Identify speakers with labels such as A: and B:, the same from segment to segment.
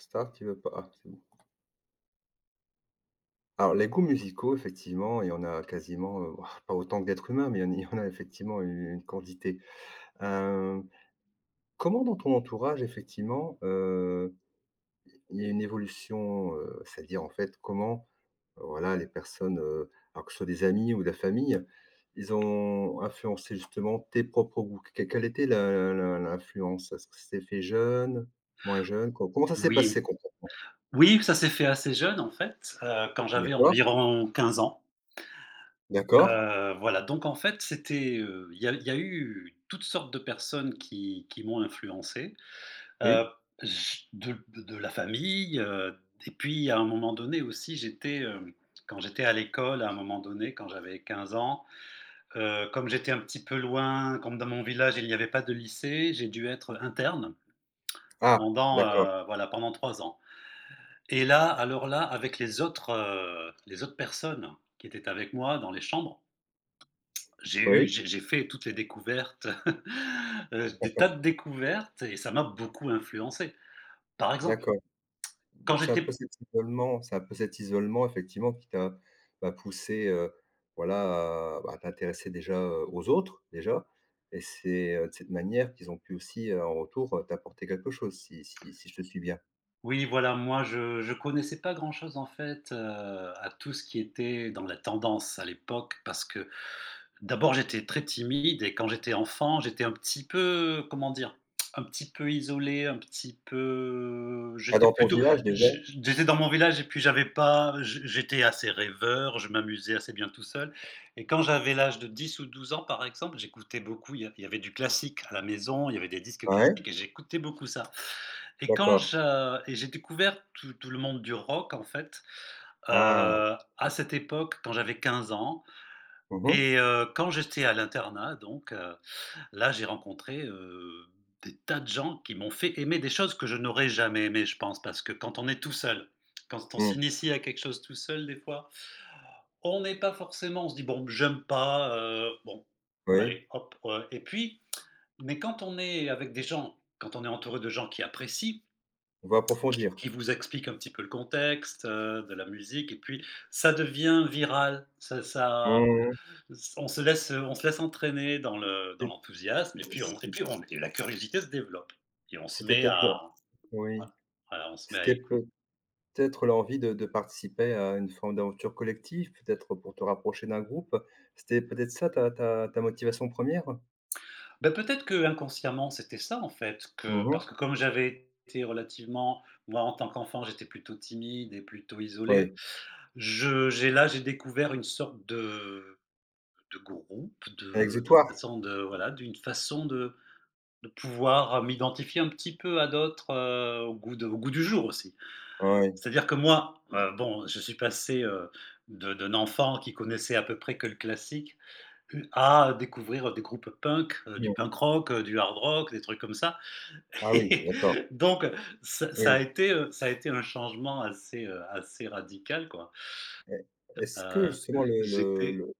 A: Star qui veut pas ah, c'est bon. Alors les goûts musicaux effectivement, il y en a quasiment, pas autant que d'êtres humains, mais il y en il y en a effectivement une quantité. Hem, comment dans ton entourage effectivement, il y a une évolution, c'est-à-dire en fait comment, voilà, les personnes, alors que ce soit des amis ou de la famille, ils ont influencé justement tes propres goûts? Quelle était la la l'influence? Est-ce que c'était fait jeune, moins jeune? Co comment ça s'est
B: Oui,
A: passé concrètement?
B: oui, ça s'est fait assez jeune en fait, quand j'avais
A: D'accord,
B: environ 15 ans,
A: d'accord,
B: voilà, donc en fait, c'était, il y a eu toutes sortes de personnes qui m'ont influencé, heu,
A: oui.
B: j de la famille, et puis à un moment donné aussi, j'étais, quand j'étais à l'école, à un moment donné, quand j'avais 15 ans, comme j'étais un petit peu loin, comme dans mon village, il n'y avait pas de lycée, j'ai dû être interne
A: Ah! D'accord.
B: voilà, pendant 3 ans. Et là, alors là, avec les autres personnes qui étaient avec moi dans les chambres, j'ai eu
A: Oui,
B: j'ai fait toutes les découvertes, des tas de découvertes et ça m'a beaucoup influencé. Par exemple,
A: d'accord.
B: quand
A: Donc
B: j'étais
A: c'est un peu cet isolement effectivement qui t'a, bah, poussé, voilà, à, bah, à t'intéresser déjà, aux autres, déjà, et c'est, de cette manière qu'ils ont pu aussi, en retour, t'apporter quelque chose si je te suis bien?
B: oui, voilà, moi je connaissais pas grand chose en fait, à tout ce qui était dans la tendance à l'époque parce que, d'abord, j'étais très timide et quand j'étais enfant, j'étais un petit peu, comment dire? Un petit peu isolé, un petit peu
A: Ah,
B: j'étais
A: dans ton
B: plutôt
A: village déjà?
B: j j'étais dans mon village et puis j'avais pas, j'étais assez rêveur, je m'amusais assez bien tout seul et quand j'avais l'âge de 10 ou 12 ans, par exemple, j'écoutais beaucoup, il y avait du classique à la maison, il y avait des disques
A: Ah, ouais,
B: classiques et j'écoutais beaucoup ça et quand
A: d'accord.
B: je et j'ai découvert tout le monde du rock, en fait,
A: Ah.
B: heu, à cette époque, quand j'avais 15 ans
A: Mmh mh.
B: quand j'étais à l'internat donc, là j'ai rencontré, des tas de gens qui m'ont fait aimer des choses que je n'aurais jamais aimées, je pense. Parce que quand on est tout seul, quand on
A: Mmh.
B: s'initie à quelque chose tout seul des fois, on n'est pas forcément, on se dit: «Bon, j'aime pas, bon,
A: Oui,
B: allez hop», et puis mais quand on est avec des gens, quand on est entouré de gens qui apprécient,
A: on va
B: qui
A: approfondir.
B: qui vous expliquent un petit peu le contexte, de la musique et puis ça devient viral. Ça ça
A: Mmh.
B: on se laisse entraîner dans le dans
A: C'est
B: l'enthousiasme et puis on et
A: c'est
B: puis on et la curiosité se développe et on se
A: c'était
B: met
A: peut-être là.
B: à,
A: Oui,
B: voilà, voilà, on se met à
A: c'était
B: éc
A: peut Peut-être l'envie de participer à une forme d'aventure collective, peut-être pour te rapprocher d'un groupe. C'était peut-être ça ta motivation première. Re
B: bah, peut-être que inconsciemment c'était ça, en fait, que parce que comme j'avais été relativement moi, en tant qu'enfant, j'étais plutôt timide et plutôt isolé.
A: Oui,
B: J'ai découvert une sorte de groupe,
A: un
B: de
A: exutoire?
B: façon de, voilà, d'une façon de pouvoir m'identifier un petit peu à d'autres, au goût de au goût du jour aussi.
A: Ah, oui.
B: C'est-à-dire que moi, bon, je suis passé, de d'un enfant qui connaissait à peu près que le classique, à découvrir, des groupes punk, du
A: Mmh.
B: punk rock, du hard rock, des trucs comme ça
A: Ah oui,
B: et
A: d'accord.
B: donc ça ça a
A: Oui.
B: été, heu, ça a été un changement assez, assez radical quoi.
A: Et est-ce que
B: Heu,
A: justement le le
B: j'étais
A: le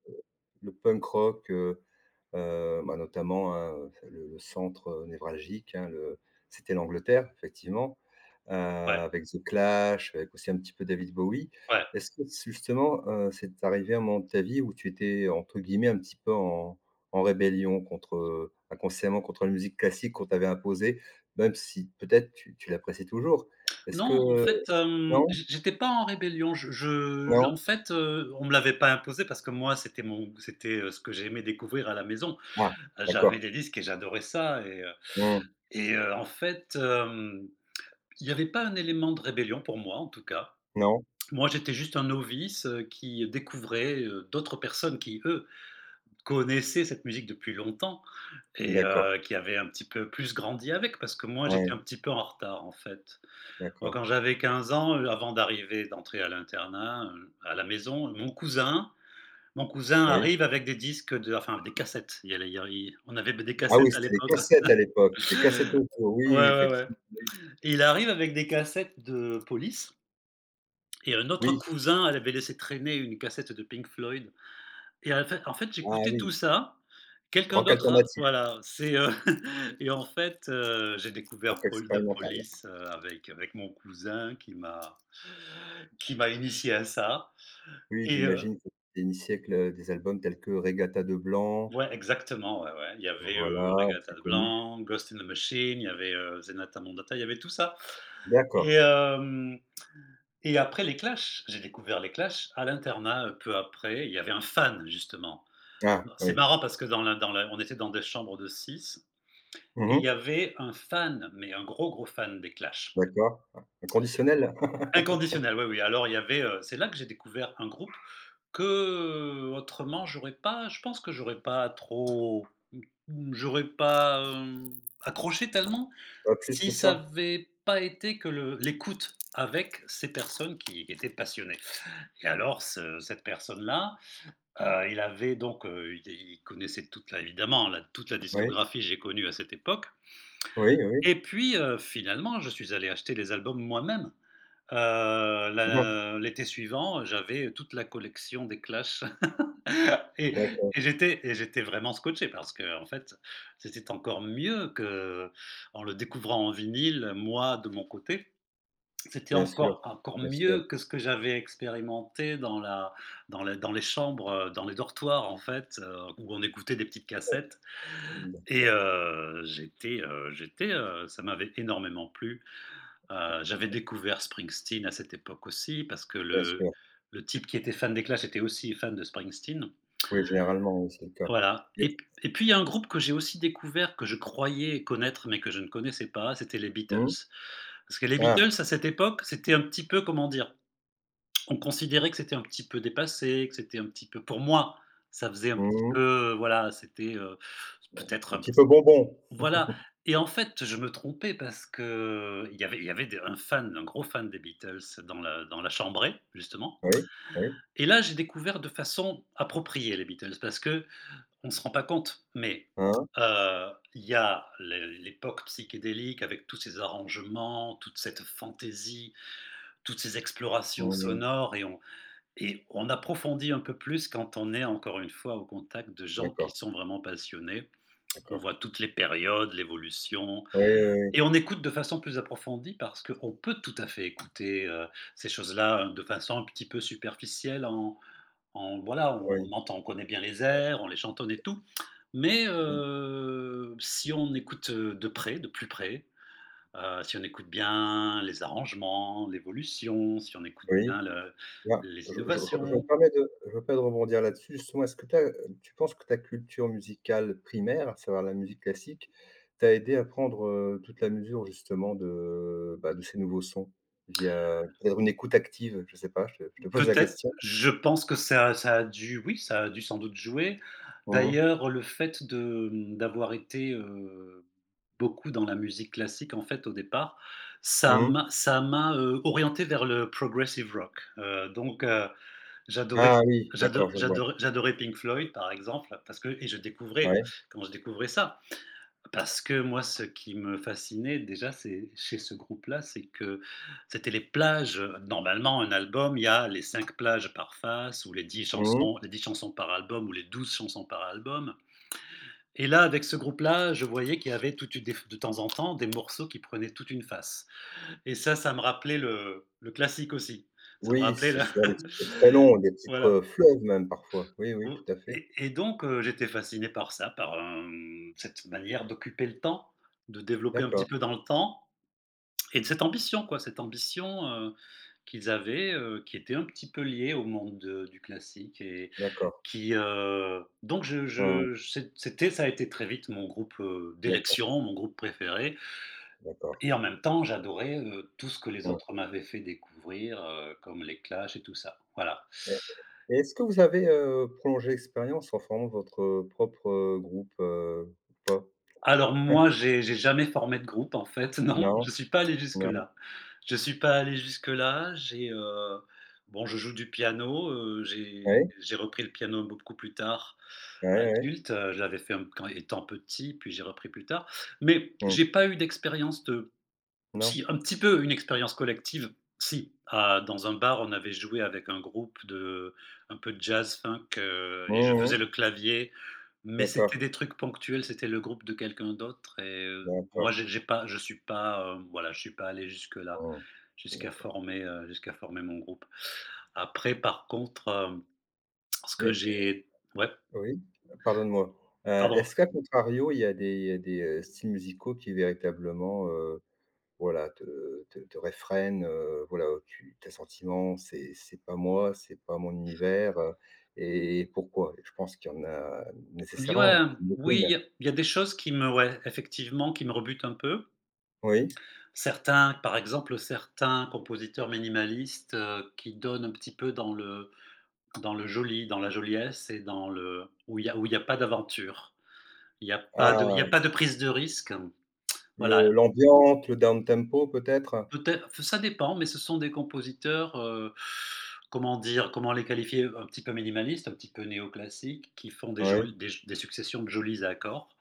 A: le punk rock, bah, notamment, hein, le centre, névralgique, hein, le c'était l'Angleterre, effectivement,
B: Ouais,
A: avec The Clash, avec aussi un petit peu David Bowie.
B: ouais.
A: Est-ce que justement, c'est arrivé à un moment de ta vie où tu étais, entre guillemets, un petit peu en rébellion contre, inconsciemment contre la musique classique qu'on t'avait imposée, même si peut-être tu l'apprécies toujours? Est-ce que
B: Non, en fait,
A: Non?
B: j'étais pas en rébellion. Je
A: Non?
B: en fait, on me l'avait pas imposé parce que moi, c'était mon c'était, ce que j'aimais découvrir à la maison.
A: Ah,
B: J'avais
A: d'accord.
B: des disques et j'adorais ça et euh,
A: Mmh.
B: Et heu, en fait, il n'y avait pas un élément de rébellion pour moi, en tout cas.
A: Non?
B: Moi, j'étais juste un novice, qui découvrait, d'autres personnes qui, eux, connaissaient cette musique depuis longtemps et
A: D'accord.
B: qui avaient un petit peu plus grandi avec, parce que moi, j'étais un
A: Ouais,
B: petit peu en retard, en fait. Moi,
A: d'accord.
B: quand j'avais 15 ans, avant d'arriver, d'entrer à l'internat, à la maison, mon cousin
A: Oui.
B: arrive avec des disques de, enfin, des cassettes. Il y a les il y a il On avait des
A: Ah
B: cassettes
A: oui,
B: à
A: c'était les
B: l'époque.
A: cassettes à l'époque, les cassettes audio,
B: Ouais,
A: oui, oui,
B: ouais, ouais.
A: effectivement, oui.
B: Et il arrive avec des cassettes de Police. Et un autre
A: Oui,
B: cousin, elle avait laissé traîner une cassette de Pink Floyd et en fait,
A: ah
B: j'écoutais tout
A: oui,
B: ça. Quelqu'un
A: rock
B: d'autre a,
A: alternatif,
B: voilà, c'est, et en fait, j'ai
A: rock
B: découvert Paul de
A: expérimental.
B: Police, avec mon cousin qui m'a initié à ça
A: Oui,
B: et heu
A: j'imagine que c'était une siècle, des albums tels que Regatta de blanc,
B: ouais, exactement, ouais, ouais. Il y avait,
A: voilà,
B: Regatta
A: c'est
B: de
A: connu.
B: blanc, Ghost in the Machine, il y avait, Zenata Mondata, il y avait tout ça
A: D'accord.
B: et hem Et après les Clash, j'ai découvert les Clash à l'internat, peu après. Il y avait un fan justement.
A: Ah
B: C'est
A: oui.
B: marrant parce que dans la on était dans des chambres de 6 et il
A: Mmh.
B: y avait un fan, mais un gros, gros fan des Clash.
A: D'accord. Ah, inconditionnel?
B: Inconditionnel, oui, oui. Alors il y avait, c'est là que j'ai découvert un groupe que autrement, j'aurais pas je pense que j'aurais pas accroché tellement
A: Pas plus que
B: si ça
A: ça?
B: avait pas été que le l'écoute avec ces personnes qui étaient passionnées. Et alors, ce cette personne-là, il avait donc, il connaissait toute la, évidemment, la toute la
A: Oui,
B: discographie que j'ai connue à cette époque
A: oui, oui.
B: et puis, finalement, je suis allé acheter les albums moi-même.
A: Mmh.
B: La l'été suivant, j'avais toute la collection des Clash. et
A: D'accord,
B: et j'étais vraiment scotché parce que, en fait, c'était encore mieux que en le découvrant en vinyle, moi de mon côté. C'était
A: bien sûr,
B: encore
A: bien sûr,
B: mieux que ce que j'avais expérimenté dans la, dans les chambres, dans les dortoirs en fait, où on écoutait des petites cassettes
A: mmh,
B: et ça m'avait énormément plu. J'avais découvert Springsteen à cette époque aussi parce que
A: bien
B: le
A: sûr.
B: le type qui était fan des Clash était aussi fan de Springsteen.
A: Oui, généralement, oui, c'est le cas
B: Voilà.
A: et
B: Et puis il y a un groupe que j'ai aussi découvert, que je croyais connaître, mais que je ne connaissais pas, c'était les Beatles.
A: mmh,
B: Parce que les
A: ah,
B: Beatles à cette époque, c'était un petit peu, comment dire? On considérait que c'était un petit peu dépassé, que c'était un petit peu, pour moi, ça faisait un petit
A: mmh
B: peu, voilà, c'était, peut-être
A: un
B: un
A: petit
B: petit,
A: peu bonbon.
B: voilà, et en fait, je me trompais parce qu'il y avait il y avait des un fan, un gros fan des Beatles dans la chambrée, justement,
A: Oui, oui,
B: et là, j'ai découvert de façon appropriée les Beatles parce qu'on se rend pas compte, mais,
A: hein.
B: il y a l'époque psychédélique avec tous ces arrangements, toute cette fantaisie, toutes ces explorations
A: Mmh.
B: sonores et on approfondit un peu plus quand on est encore une fois au contact de gens qui
A: D'accord,
B: sont vraiment passionnés. On
A: d'accord.
B: voit toutes les périodes, l'évolution
A: Oui, oui,
B: et on écoute de façon plus approfondie parce qu'on peut tout à fait écouter, ces choses-là, de façon un petit peu superficielle en, en, voilà, on
A: oui,
B: entend, on connaît bien les airs, on les chantonne et tout. Mais,
A: oui. Mmh.
B: si on écoute, de près, de plus près, si on écoute bien les arrangements, l'évolution, si on écoute
A: Oui.
B: bien le
A: Là,
B: les
A: je me
B: innovations.
A: permets de je me permets de rebondir là-dessus. Justement, est-ce que tu penses que ta culture musicale primaire, à savoir la musique classique, t'a aidé à prendre, toute la mesure justement de, bah, de ces nouveaux sons? Via peut-être une écoute active? Je sais pas, je te pose la
B: Peut-être,
A: question.
B: je pense que ça a dû sans doute jouer.
A: Mmh.
B: D'ailleurs, le fait de, d'avoir été, beaucoup dans la musique classique, en fait, au départ, ça
A: Mmh.
B: m'a ça m'a, heu, orienté vers le progressive rock, donc j'adorais
A: Ah oui,
B: j'ado
A: d'accord, je vois.
B: j'adorais j'adorais Pink Floyd, par exemple, parce que, et je découvrais,
A: Ouais.
B: quand je découvrais ça, parce que moi, ce qui me fascinait déjà, c'est chez ce groupe-là, c'est que c'était les plages. Normalement, un album, il y a les 5 plages par face ou les dix
A: Mmh.
B: chansons les dix chansons par album ou les 12 chansons par album et là, avec ce groupe-là, je voyais qu'il y avait toute une, des, de temps en temps, des morceaux qui prenaient toute une face et ça me rappelait le classique aussi. Ça me
A: Oui,
B: rappelait
A: c'est
B: là,
A: souvent des titres très longs, des titres,
B: voilà.
A: fleuves même parfois. Oui, oui,
B: Heu
A: tout à fait.
B: et donc j'étais fasciné par ça, par, cette manière d'occuper le temps, de développer un petit
A: D'accord,
B: peu dans le temps et de cette ambition quoi, cette ambition, qu'ils avaient, qui était un petit peu liée au monde de du classique et
A: d'accord.
B: qui, donc
A: Mmh.
B: je c'é c'était ça a été très vite mon groupe,
A: D'accord,
B: d'élection, mon groupe préféré
A: d'accord.
B: et en même temps, j'adorais, tout ce que les
A: Mmh
B: autres m'avaient fait découvrir, comme les Clash et tout ça. Voilà.
A: et et est-ce que vous avez, prolongé l'expérience en formant votre, propre, groupe, ou pas?
B: Alors moi, j'ai jamais formé de groupe en fait, non,
A: Non?
B: je suis pas allé
A: Non?
B: jusque-là. Je suis pas allé jusque-là, bon, je joue du piano, j'ai
A: Oui.
B: j'ai repris le piano beaucoup plus tard,
A: Oui, ouais.
B: adulte, je l'avais fait, quand étant petit, puis j'ai repris plus tard, mais
A: Mmh.
B: j'ai pas eu d'expérience de,
A: Non?
B: si, un petit peu une expérience collective, si. Ah, dans un bar, on avait joué avec un groupe de un peu de jazz funk, et je
A: Mmh
B: faisais
A: mh.
B: le clavier, mais c'était
A: D'accord,
B: des trucs ponctuels, c'était le groupe de quelqu'un d'autre
A: d'accord.
B: moi j'ai pas je suis pas, voilà, je suis pas allé jusque-là,
A: Mmh. D'accord.
B: jusqu'à former mon groupe. Après par contre, ce que
A: Mais
B: j'ai ouais,
A: oui? Pardonne-moi.
B: pardon?
A: Est-ce qu'à contrario, il y a des, styles musicaux qui véritablement. Voilà, te réfrène, voilà, oh, tu tes sentiments, c'est pas moi, c'est pas mon univers. Et pourquoi? Je pense qu'il y en a
B: Oui, ouais,
A: nécessairement,
B: oui, il y
A: j'imagine.
B: a il y a des choses qui me ouais, effectivement, qui me rebutent un peu.
A: Oui?
B: Certains, par exemple, certains compositeurs minimalistes, qui donnent un petit peu dans le joli, dans la joliesse et dans le où il y a pas d'aventure. Il y a pas de il y
A: Ah,
B: a pas de prise de risque.
A: le
B: Voilà,
A: l'ambiance, le down tempo peut-être?
B: peut-être ça dépend, mais ce sont des compositeurs, comment dire? Comment les qualifier? Un petit peu minimalistes, un petit peu néoclassiques, qui font des
A: Oui,
B: jol des des successions de jolis accords,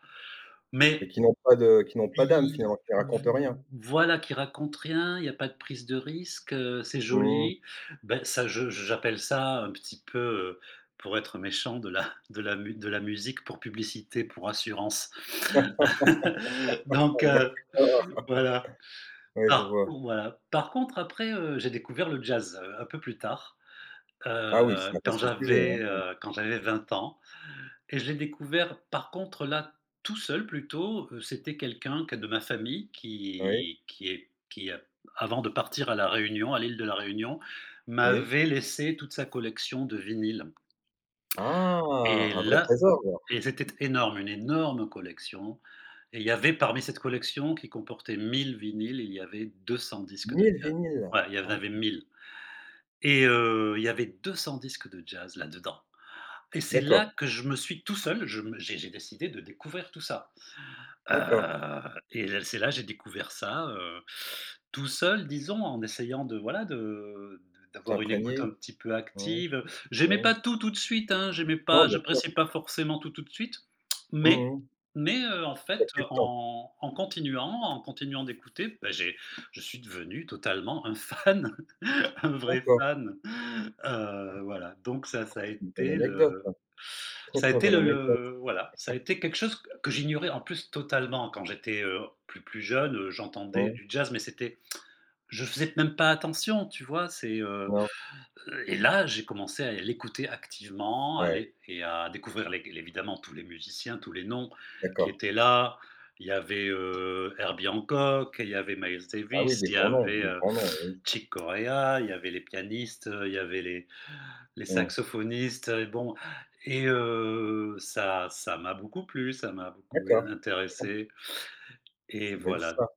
A: mais
B: mais
A: qui n'ont pas d'âme
B: I
A: finalement, qui ne racontent rien.
B: voilà qui raconte rien, il y a pas de prise de risque, c'est
A: Mmh.
B: joli. Ben ça je j'appelle ça un petit peu, pour être méchant, de la musique pour publicité, pour assurance.
A: Ah,
B: Donc heu,
A: d'accord,
B: voilà.
A: ouais, je vois.
B: Par contre après, j'ai découvert le jazz, un peu plus tard,
A: Ah oui, c'est un vaste sujet, hein.
B: quand j'avais 20 ans. Et je l'ai découvert par contre là, tout seul plutôt, c'était quelqu'un que de ma famille
A: Oui,
B: qui a avant de partir à La Réunion, à l'île de La Réunion,
A: oui.
B: m'avait laissé toute sa collection de vinyles
A: Ah!
B: et
A: Un vrai
B: là
A: trésor alors.
B: et c'était énorme, une énorme collection et il y avait parmi cette collection qui comportait 1000 vinyles, il y avait 200 disques de
A: 1000
B: jazz.
A: vinyles!
B: Ouais, il y en
A: Ah,
B: avait 1000. Il y avait 200 disques de jazz là-dedans et c'est
A: d'accord,
B: là que je me suis tout seul, je me j'ai décidé de découvrir tout ça.
A: d'accord.
B: Et là c'est là j'ai découvert ça, tout seul disons, en essayant de voilà de d'avoir une
A: T'imprégner,
B: écoute
A: es imprégné?
B: un petit peu
A: Ouais,
B: active. J'aimais
A: ouais.
B: pas tout, tout de suite, hein,
A: Non, bien sûr.
B: j'appréciais pas forcément tout, tout de suite,
A: Mmh
B: mais
A: mh.
B: en
A: Tu as
B: fait,
A: plus de temps
B: en continuant d'écouter, bah, j'ai je suis devenu totalement un fan. Un vrai
A: encore.
B: fan. Voilà, donc ça a
A: C'est une belle
B: été
A: anecdote, ça.
B: le
A: Très,
B: ça a
A: très
B: été
A: belle anecdote.
B: le voilà, ça a été quelque chose que j'ignorais en plus totalement quand j'étais, plus jeune, j'entendais
A: Mmh.
B: du jazz mais c'était je faisais même pas attention, tu vois?
A: Non.
B: Et là, j'ai commencé à l'écouter activement, à
A: Ouais,
B: l'é et à découvrir les évidemment tous les musiciens, tous les noms qui
A: d'accord.
B: étaient là. Il y avait, Herbie Hancock, il y avait Miles
A: Ah oui,
B: Davis, il y avait,
A: des grands noms, oui.
B: Chick Corea, il y avait les pianistes, il y avait les
A: Mmh.
B: saxophonistes, bon ça ça m'a beaucoup plu, ça m'a beaucoup
A: D'accord,
B: intéressé
A: c'est
B: et
A: une belle
B: voilà.
A: histoire.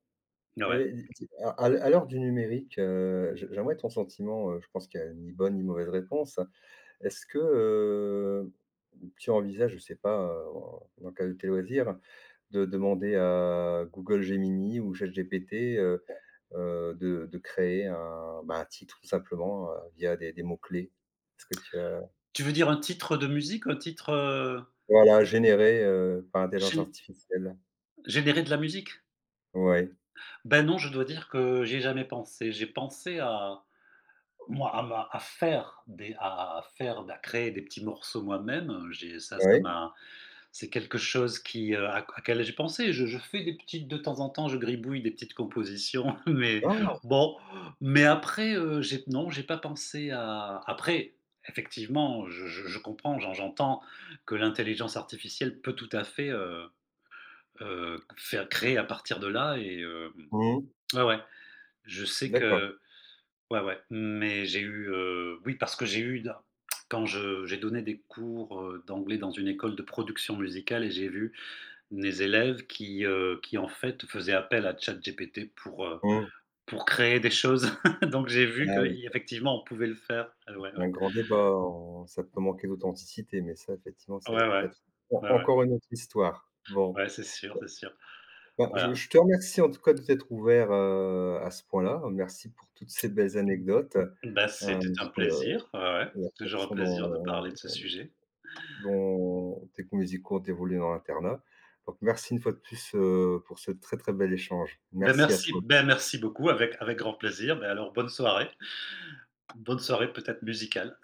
B: Ouais.
A: Et di di à l'heure du numérique, je j'aimerais ton sentiment, je pense qu'il y a ni bonne ni mauvaise réponse. Est-ce que, tu envisages, je sais pas, en dans le cadre de tes loisirs, de demander à Google Gemini ou ChatGPT, de créer un titre tout simplement, via des mots-clés. Est-ce que tu as
B: Tu veux dire un titre de musique? Un titre,
A: voilà, généré, par intelligence
B: gén
A: artificielle.
B: généré de la musique?
A: Ouais.
B: Ben non, je dois dire que j'y ai jamais pensé. J'ai pensé à moi, à faire à créer des petits morceaux moi-même. J'ai ça ça
A: Ouais.
B: m'a C'est quelque chose qui, à quel j'ai pensé. Je fais des petites de temps en temps, je gribouille des petites compositions, mais
A: Ah!
B: bon, mais après, j'ai non, j'ai pas pensé à après, effectivement, je comprends, j'entends que l'intelligence artificielle peut tout à fait, faire créer à partir de là
A: Mmh.
B: ouais, ouais. Je sais
A: D'accord.
B: que ouais, ouais, mais j'ai eu, oui, parce que j'ai eu d quand je j'ai donné des cours, d'anglais dans une école de production musicale et j'ai vu mes élèves qui en fait faisaient appel à ChatGPT
A: Mmh.
B: pour créer des choses. Donc j'ai vu
A: Ah oui,
B: qu'effectivement on pouvait le faire. Ouais,
A: c'est
B: ouais.
A: un grand débat, on ça peut manquer d'authenticité, mais ça effectivement, c'est
B: Ouais, ouais.
A: peut-être en
B: Ouais, ouais.
A: encore une autre histoire. Bon,
B: Ouais, c'est sûr, c'est sûr.
A: bah, je
B: Voilà.
A: je te remercie en tout cas de t'être ouvert, à ce point-là. Merci pour toutes ces belles anecdotes,
B: Bah, c'était un
A: sur le
B: plaisir. Ouais, ouais.
A: la
B: C'est toujours un
A: façon
B: plaisir de
A: dont
B: parler de ce sujet.
A: dont tes goûts musicaux ont évolué dans l'internat. Donc merci une fois de plus, pour ce très, très bel échange. Merci à toi.
B: Ben merci beaucoup avec grand plaisir. Beh, alors bonne soirée. Bonne soirée peut-être musicale.